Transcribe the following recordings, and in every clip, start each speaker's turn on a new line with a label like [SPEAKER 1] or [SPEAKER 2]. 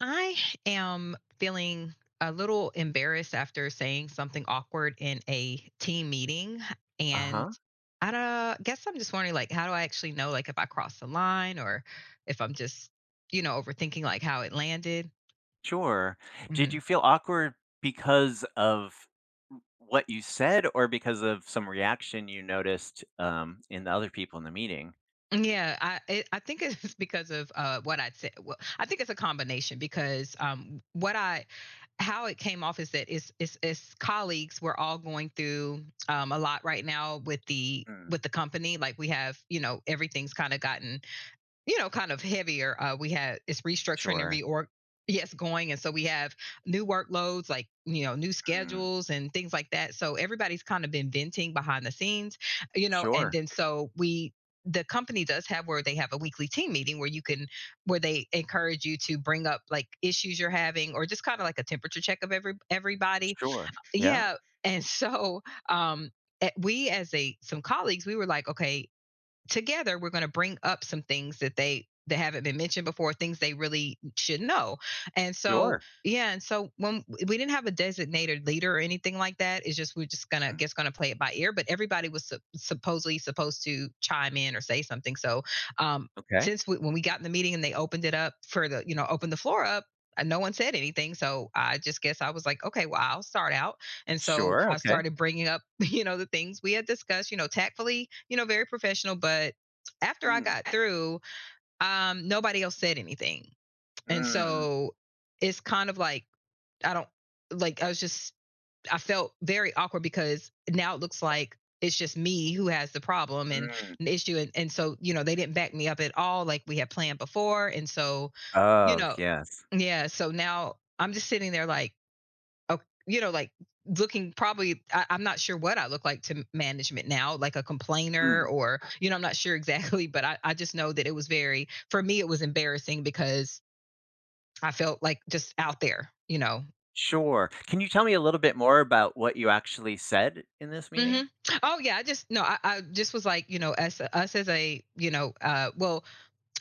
[SPEAKER 1] I am feeling a little embarrassed after saying something awkward in a team meeting. And
[SPEAKER 2] Uh-huh.
[SPEAKER 1] I don't, guess I'm just wondering, like, how do I actually know, like, if I crossed the line or if I'm just, overthinking, like, how it landed?
[SPEAKER 2] Sure. Did
[SPEAKER 1] Mm-hmm.
[SPEAKER 2] you feel awkward because of what you said or because of some reaction you noticed, in the other people in the meeting?
[SPEAKER 1] Yeah, I think it's because of what I'd say. Well, I think it's a combination because what I how it came off is that it's colleagues. We're all going through a lot right now with the
[SPEAKER 2] Mm.
[SPEAKER 1] with the company. Like we have, you know, everything's kind of gotten kind of heavier. We had it's restructuring and
[SPEAKER 2] Sure.
[SPEAKER 1] reorg. Yes, going. And so we have new workloads, like, you know, new
[SPEAKER 2] Mm.
[SPEAKER 1] schedules and things like that. So everybody's kind of been venting behind the scenes, and
[SPEAKER 2] Sure.
[SPEAKER 1] then so we, the company does have where they have a weekly team meeting where you can, where they encourage you to bring up like issues you're having or just kind of like a temperature check of everybody.
[SPEAKER 2] Sure. Yeah.
[SPEAKER 1] Yeah. And so, um, we as a some colleagues we were like, okay, together we're going to bring up some things that they that haven't been mentioned before, things they really should know. And so
[SPEAKER 2] Sure.
[SPEAKER 1] yeah, and so when we didn't have a designated leader or anything like that. It's just we're just
[SPEAKER 2] Mm.
[SPEAKER 1] gonna play it by ear, but everybody was supposedly supposed to chime in or say something. So um
[SPEAKER 2] Okay.
[SPEAKER 1] since we, when we got in the meeting and they opened it up for the, you know, opened the floor up, no one said anything. So I just guess I was like, okay, well, I'll start out. And so
[SPEAKER 2] Sure,
[SPEAKER 1] I
[SPEAKER 2] okay.
[SPEAKER 1] started bringing up, you know, the things we had discussed, you know, tactfully, you know, very professional. But after I
[SPEAKER 2] Mm.
[SPEAKER 1] got through, nobody else said anything. And
[SPEAKER 2] Mm.
[SPEAKER 1] so it's kind of like, I don't like, I was just, I felt very awkward because now it looks like it's just me who has the problem and
[SPEAKER 2] Mm.
[SPEAKER 1] the issue. And so, you know, they didn't back me up at all like we had planned before. And so, you
[SPEAKER 2] Oh,
[SPEAKER 1] know,
[SPEAKER 2] yes.
[SPEAKER 1] yeah. So now I'm just sitting there like, oh, you know, like looking probably I'm not sure what I look like to management now, like a complainer
[SPEAKER 2] Mm.
[SPEAKER 1] or, you know, I'm not sure exactly, but I just know that it was very, for me it was embarrassing because I felt like just out there, you know.
[SPEAKER 2] Sure. Can you tell me a little bit more about what you actually said in this
[SPEAKER 1] Hmm.
[SPEAKER 2] meeting?
[SPEAKER 1] Oh yeah, I just no, I just was like, you know, us as a, you know,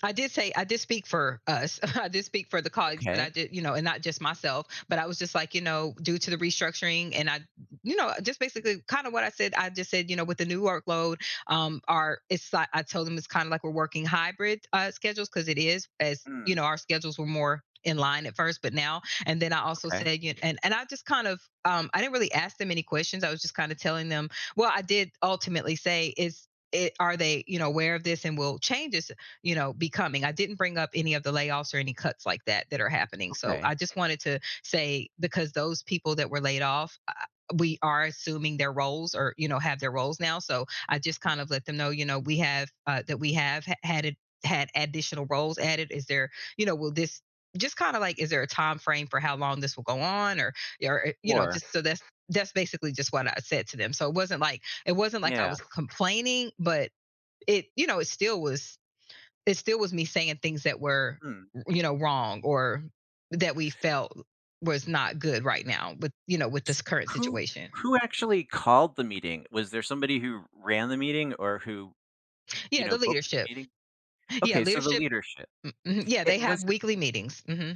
[SPEAKER 1] I did say I did speak for us. I did speak for the colleagues, but I
[SPEAKER 2] Okay.
[SPEAKER 1] did, you know, and not just myself. But I was just like, you know, due to the restructuring, you know, just basically kind of what I said. I just said, you know, with the new workload, our it's like I told them it's kind of like we're working hybrid schedules, because it is, as you
[SPEAKER 2] Mm.
[SPEAKER 1] know, our schedules were more in line at first, but now. And then I also
[SPEAKER 2] Okay.
[SPEAKER 1] said, you know, and I just kind of, I didn't really ask them any questions. I was just kind of telling them. Well, I did ultimately say, is it, are they, you know, aware of this and will change this, you know, becoming. I didn't bring up any of the layoffs or any cuts like that that are happening. So
[SPEAKER 2] Okay.
[SPEAKER 1] I just wanted to say, because those people that were laid off, we are assuming their roles, or you know have their roles now. So I just kind of let them know, you know, we have that we have had it had additional roles added. Is there, you know, will this just kind of like, is there a time frame for how long this will go on? Or yeah, or you know,
[SPEAKER 2] Sure.
[SPEAKER 1] just so that's basically just what I said to them. So it wasn't like, it wasn't like I
[SPEAKER 2] Yeah.
[SPEAKER 1] was complaining, but it, you know, it still was, it still was me saying things that were,
[SPEAKER 2] Mm.
[SPEAKER 1] you know, wrong or that we felt was not good right now with, you know, with
[SPEAKER 2] S
[SPEAKER 1] this current
[SPEAKER 2] Who
[SPEAKER 1] situation.
[SPEAKER 2] who actually called the meeting? Was there somebody who ran the meeting or who, you
[SPEAKER 1] Yeah,
[SPEAKER 2] know,
[SPEAKER 1] the
[SPEAKER 2] booked the
[SPEAKER 1] leadership.
[SPEAKER 2] meeting?
[SPEAKER 1] Yeah,
[SPEAKER 2] Okay, so the
[SPEAKER 1] leadership.
[SPEAKER 2] leadership.
[SPEAKER 1] Mhm, yeah,
[SPEAKER 2] It
[SPEAKER 1] they
[SPEAKER 2] was
[SPEAKER 1] have weekly meetings. Hmm.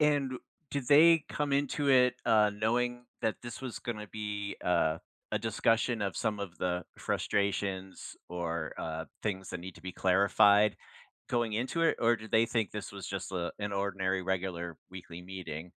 [SPEAKER 2] and did they come into it, knowing that this was gonna be, a discussion of some of the frustrations or, things that need to be clarified going into it, or did they think this was just a an ordinary, regular weekly meeting?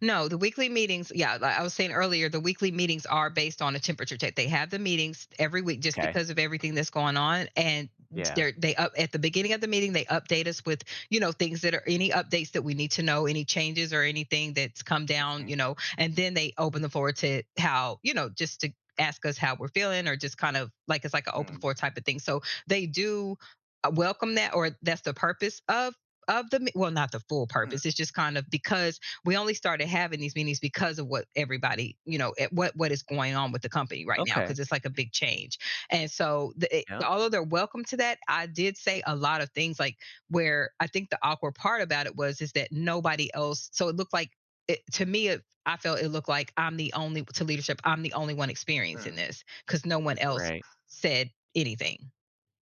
[SPEAKER 1] No, the weekly meetings, yeah, like I was saying earlier, the weekly meetings are based on a temperature check. They have the meetings every week just
[SPEAKER 2] Okay.
[SPEAKER 1] because of everything that's going on. And
[SPEAKER 2] Yeah.
[SPEAKER 1] they're they up at the beginning of the meeting, they update us with, you know, things that are any updates that we need to know, any changes or anything that's come down,
[SPEAKER 2] Mhm.
[SPEAKER 1] you know, and then they open the floor to how, you know, just to ask us how we're feeling, or just kind of like it's like an open
[SPEAKER 2] Mm.
[SPEAKER 1] floor type of thing. So they do welcome that, or that's the purpose of the, well, not the full
[SPEAKER 2] Mm.
[SPEAKER 1] purpose. It's just kind of because we only started having these meetings because of what everybody, you know, what is going on with the company right now,
[SPEAKER 2] Okay.
[SPEAKER 1] because it's like a big change. And so the, it,
[SPEAKER 2] Yeah.
[SPEAKER 1] although they're welcome to that, I did say a lot of things like, where I think the awkward part about it was is that nobody else, so it looked like it, to me it, I felt it looked like I'm the only, to leadership I'm the only one experiencing
[SPEAKER 2] Mm.
[SPEAKER 1] this, because no one else
[SPEAKER 2] Right.
[SPEAKER 1] said anything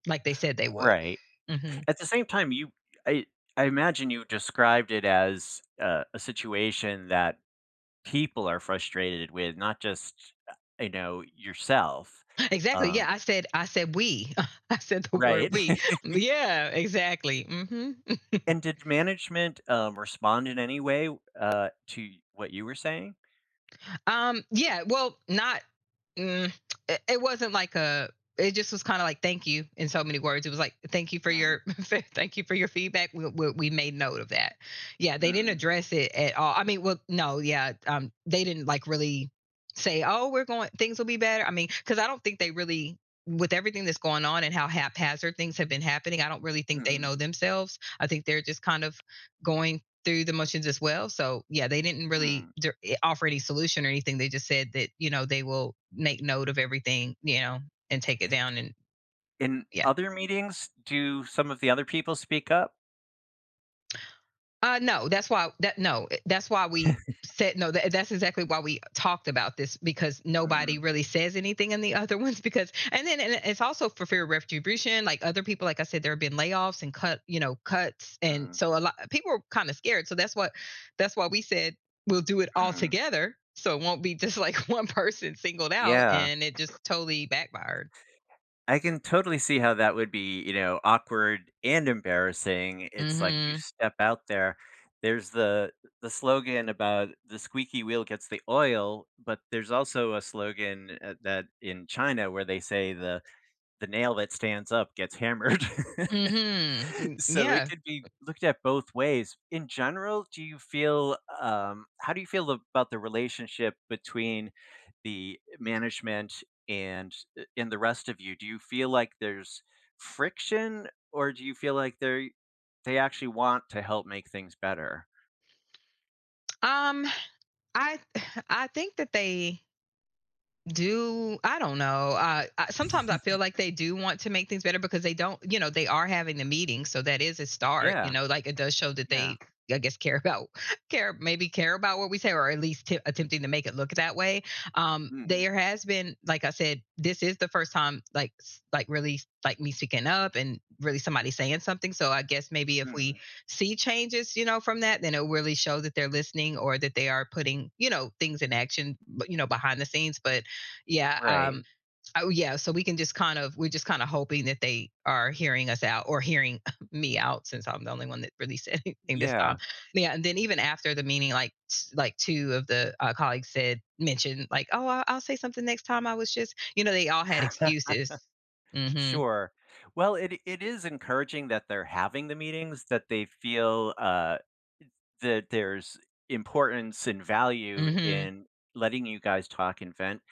[SPEAKER 1] like they said they would.
[SPEAKER 2] Right.
[SPEAKER 1] Mm-hmm.
[SPEAKER 2] At the same time, you I I imagine you described it as a situation that people are frustrated with, not just, you know, yourself.
[SPEAKER 1] Exactly.
[SPEAKER 2] Um,
[SPEAKER 1] Yeah, I said "we." I said the word
[SPEAKER 2] right.
[SPEAKER 1] "we." Yeah, exactly. Mhm.
[SPEAKER 2] And did management respond in any way to what you were saying?
[SPEAKER 1] Yeah, well, not. Mm, it wasn't like a. It just was kind of like thank you, in so many words. It was like thank you for
[SPEAKER 2] Mm,
[SPEAKER 1] your thank you for your feedback. We made note of that. Yeah, they didn't
[SPEAKER 2] mm,
[SPEAKER 1] address it at all. I mean, well, no, yeah, they didn't like really say, oh, we're going, things will be better. I mean, because I don't think they really, with everything that's going on and how haphazard things have been happening, I don't really think they
[SPEAKER 2] mm,
[SPEAKER 1] know themselves. I think they're just kind of going through the motions as well. So yeah, they didn't really
[SPEAKER 2] mm.
[SPEAKER 1] offer any solution or anything. They just said that you know they will make note of everything, you know, and take it down and
[SPEAKER 2] In
[SPEAKER 1] yeah.
[SPEAKER 2] other meetings, do some of the other people speak up?
[SPEAKER 1] No, that's why that no, that's why we said no. That's exactly why we talked about this, because
[SPEAKER 2] Mm,
[SPEAKER 1] nobody really says anything in the other ones, because and then and it's also for fear of retribution. Like other people, like I said, there have been layoffs and cut, you know, cuts, and
[SPEAKER 2] mm,
[SPEAKER 1] so a lot people are kind of scared. So that's what that's why we said we'll do it all
[SPEAKER 2] mm.
[SPEAKER 1] together, so it won't be just like one person singled out.
[SPEAKER 2] Yeah.
[SPEAKER 1] And it just totally backfired.
[SPEAKER 2] I can totally see how that would be, you know, awkward and embarrassing. It's like you
[SPEAKER 1] Mm-hmm.
[SPEAKER 2] step out there. There's the slogan about the squeaky wheel gets the oil, but there's also a slogan that in China where they say the nail that stands up gets hammered.
[SPEAKER 1] Mm-hmm. Mm,
[SPEAKER 2] So it
[SPEAKER 1] yeah.
[SPEAKER 2] could be looked at both ways. In general, do you feel how do you feel about the relationship between the management and and the rest of you? Do you feel like there's friction, or do you feel like they actually want to help make things better?
[SPEAKER 1] Um, I I think that they do, I don't know. Sometimes I feel like they do want to make things better, because they don't, you know, they are having the meeting, so that is a start. You
[SPEAKER 2] Yeah,
[SPEAKER 1] know, like it does show that
[SPEAKER 2] yeah.
[SPEAKER 1] they, I guess, care about care, maybe care about what we say, or at least attempting to make it look that way.
[SPEAKER 2] Mm,
[SPEAKER 1] There has been, like I said, this is the first time, like like really like me speaking up and really somebody saying something. So I guess maybe if
[SPEAKER 2] mm,
[SPEAKER 1] we see changes, you know, from that, then it'll really show that they're listening or that they are putting, you know, things in action, but, you know, behind the scenes. But yeah
[SPEAKER 2] right.
[SPEAKER 1] oh yeah, so we can just kind of, we're just kind of hoping that they are hearing us out, or hearing me out, since I'm the only one that really said anything this time.
[SPEAKER 2] Yeah.
[SPEAKER 1] Yeah, and then even after the meeting like like two of the colleagues said mentioned like oh I'll say something next time. I was just, you know, they all had excuses. Mm-hmm.
[SPEAKER 2] Sure. Well, it is encouraging that they're having the meetings that they feel that there's importance and value
[SPEAKER 1] Mm-hmm.
[SPEAKER 2] in letting you guys talk and vent.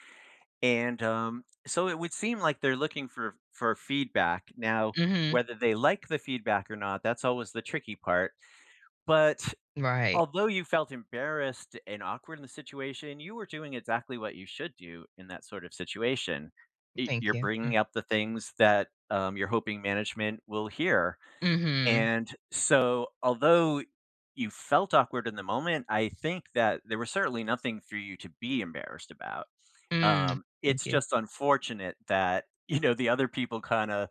[SPEAKER 2] And so it would seem like they're looking for feedback. Now,
[SPEAKER 1] Mm-hmm.
[SPEAKER 2] whether they like the feedback or not, that's always the tricky part. But
[SPEAKER 1] Right.
[SPEAKER 2] although you felt embarrassed and awkward in the situation, you were doing exactly what you should do in that sort of situation.
[SPEAKER 1] Thank
[SPEAKER 2] You're
[SPEAKER 1] you. Mm,
[SPEAKER 2] bringing up the things that you're hoping management will hear,
[SPEAKER 1] mm-hmm.
[SPEAKER 2] and so, although you felt awkward in the moment, I think that there was certainly nothing for you to be embarrassed about.
[SPEAKER 1] Mm, thank
[SPEAKER 2] It's
[SPEAKER 1] you.
[SPEAKER 2] just unfortunate that, you know, the other people kinda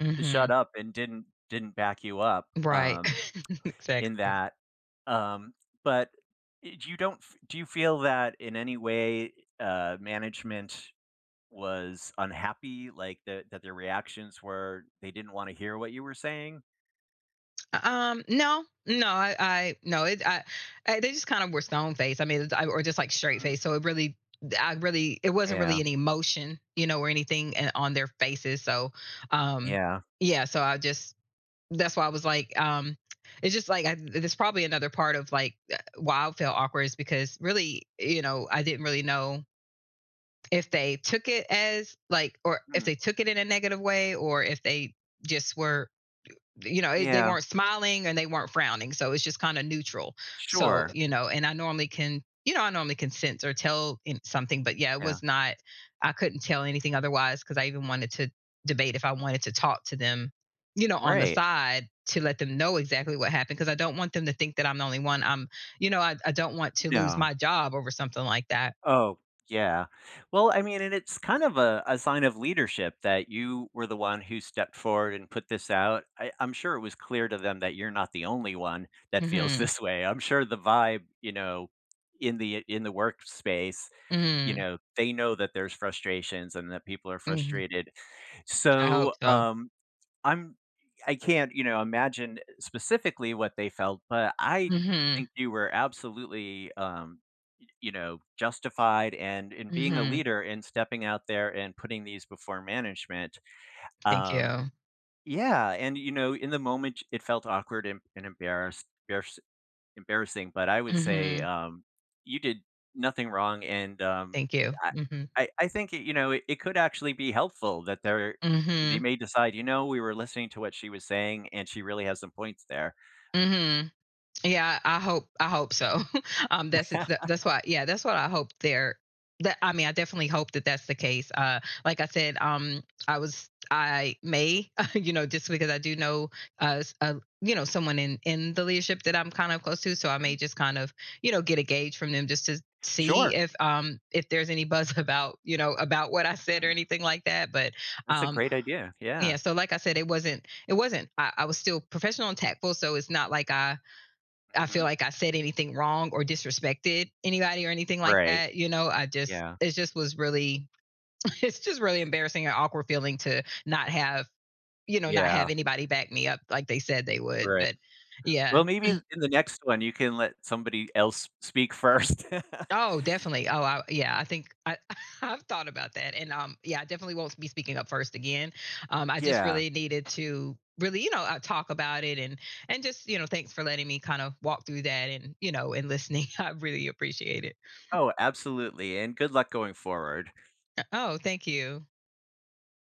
[SPEAKER 1] Mm-hmm.
[SPEAKER 2] shut up and didn't back you up,
[SPEAKER 1] Right.
[SPEAKER 2] in
[SPEAKER 1] Exactly.
[SPEAKER 2] that. Um, but I you don't f do you feel that in any way, management was unhappy, like, that their reactions were they didn't wanna hear what you were saying?
[SPEAKER 1] No, no, I no, they just kind of were stone faced. I mean, or just like straight
[SPEAKER 2] Mm.
[SPEAKER 1] face. So it really, I really, it wasn't
[SPEAKER 2] Yeah.
[SPEAKER 1] really any emotion, you know, or anything on their faces. So, um,
[SPEAKER 2] Yeah.
[SPEAKER 1] yeah. So I just, that's why I was like, it's just like I, there's probably another part of like why I felt awkward, is because really, you know, I didn't really know if they took it as like, or if
[SPEAKER 2] Hmm.
[SPEAKER 1] they took it in a negative way, or if they just were, you know, it, they
[SPEAKER 2] Yeah,
[SPEAKER 1] weren't smiling and they weren't frowning. So it's just kind of neutral. So,
[SPEAKER 2] sure.
[SPEAKER 1] you know, and I normally can, you know, I normally can sense or tell in something, but yeah, it
[SPEAKER 2] Yeah,
[SPEAKER 1] was not, I couldn't tell anything otherwise, because I even wanted to debate if I wanted to talk to them, you know, on the
[SPEAKER 2] right.
[SPEAKER 1] side to let them know exactly what happened, because I don't want them to think that I'm the only one. I'm, you know, I don't want to lose
[SPEAKER 2] No.
[SPEAKER 1] my job over something like that.
[SPEAKER 2] Oh, yeah. Well, I mean, and it's kind of a sign of leadership that you were the one who stepped forward and put this out. I'm sure it was clear to them that you're not the only one that feels
[SPEAKER 1] Mm
[SPEAKER 2] this way. I'm sure the vibe, you know, in the workspace, you
[SPEAKER 1] hmm. Mm
[SPEAKER 2] know, they know that there's frustrations and that people are
[SPEAKER 1] hmm. Hmm.
[SPEAKER 2] frustrated.
[SPEAKER 1] I hope
[SPEAKER 2] So,
[SPEAKER 1] so.
[SPEAKER 2] I'm I can't, you know, imagine specifically what they felt, but I
[SPEAKER 1] Mm
[SPEAKER 2] think you were absolutely, y you know, justified and in
[SPEAKER 1] hmm.
[SPEAKER 2] being a
[SPEAKER 1] Mm hmm.
[SPEAKER 2] leader and stepping out there and putting these before management.
[SPEAKER 1] Thank
[SPEAKER 2] Um,
[SPEAKER 1] you.
[SPEAKER 2] yeah, and, you know, in the moment, it felt awkward and embarrassed embarrassing, but I would
[SPEAKER 1] Mm
[SPEAKER 2] say,
[SPEAKER 1] hmm.
[SPEAKER 2] you did nothing wrong, and,
[SPEAKER 1] Thank you.
[SPEAKER 2] I
[SPEAKER 1] Mm hmm.
[SPEAKER 2] I think, it, you know, it could actually be helpful that they're they
[SPEAKER 1] Mhm,
[SPEAKER 2] may decide, "You know, we were listening to what she was saying, and she really has some points there."
[SPEAKER 1] mhm. Yeah, I hope so. That's it that's why yeah, that's what I hope, there that I mean, I definitely hope that that's the case. Like I said, I was I may, you know, just because I do know, s you know, someone in the leadership that I'm kind of close to. So I may
[SPEAKER 2] Mhm.
[SPEAKER 1] just kind of, you know, get a gauge from them just to see
[SPEAKER 2] Sure.
[SPEAKER 1] if there's any buzz about, you know, about what I said or
[SPEAKER 2] Mm.
[SPEAKER 1] anything like that. But,
[SPEAKER 2] That's a
[SPEAKER 1] um,
[SPEAKER 2] great idea, yeah.
[SPEAKER 1] yeah. So like I said, it wasn't, it wasn't, I was still professional and tactful. So it's not like I feel
[SPEAKER 2] Mhm.
[SPEAKER 1] like I said anything wrong or disrespected anybody or anything like
[SPEAKER 2] Right,
[SPEAKER 1] that. You know, I just,
[SPEAKER 2] yeah,
[SPEAKER 1] it just was really it's just really embarrassing and awkward feeling to not have, you know, not have
[SPEAKER 2] yeah,
[SPEAKER 1] anybody back me up like they said they would.
[SPEAKER 2] right.
[SPEAKER 1] But yeah,
[SPEAKER 2] Well, maybe in the next one, you can let somebody else speak first.
[SPEAKER 1] oh, definitely. Yeah. I've thought about that, and yeah, I definitely won't be speaking up first again. I just
[SPEAKER 2] Yeah.
[SPEAKER 1] really needed to really, you know, talk about it, and just, you know, thanks for letting me kind of walk through that, and you know, and listening. I really appreciate it.
[SPEAKER 2] Oh, absolutely, and good luck going forward.
[SPEAKER 1] Oh, thank you.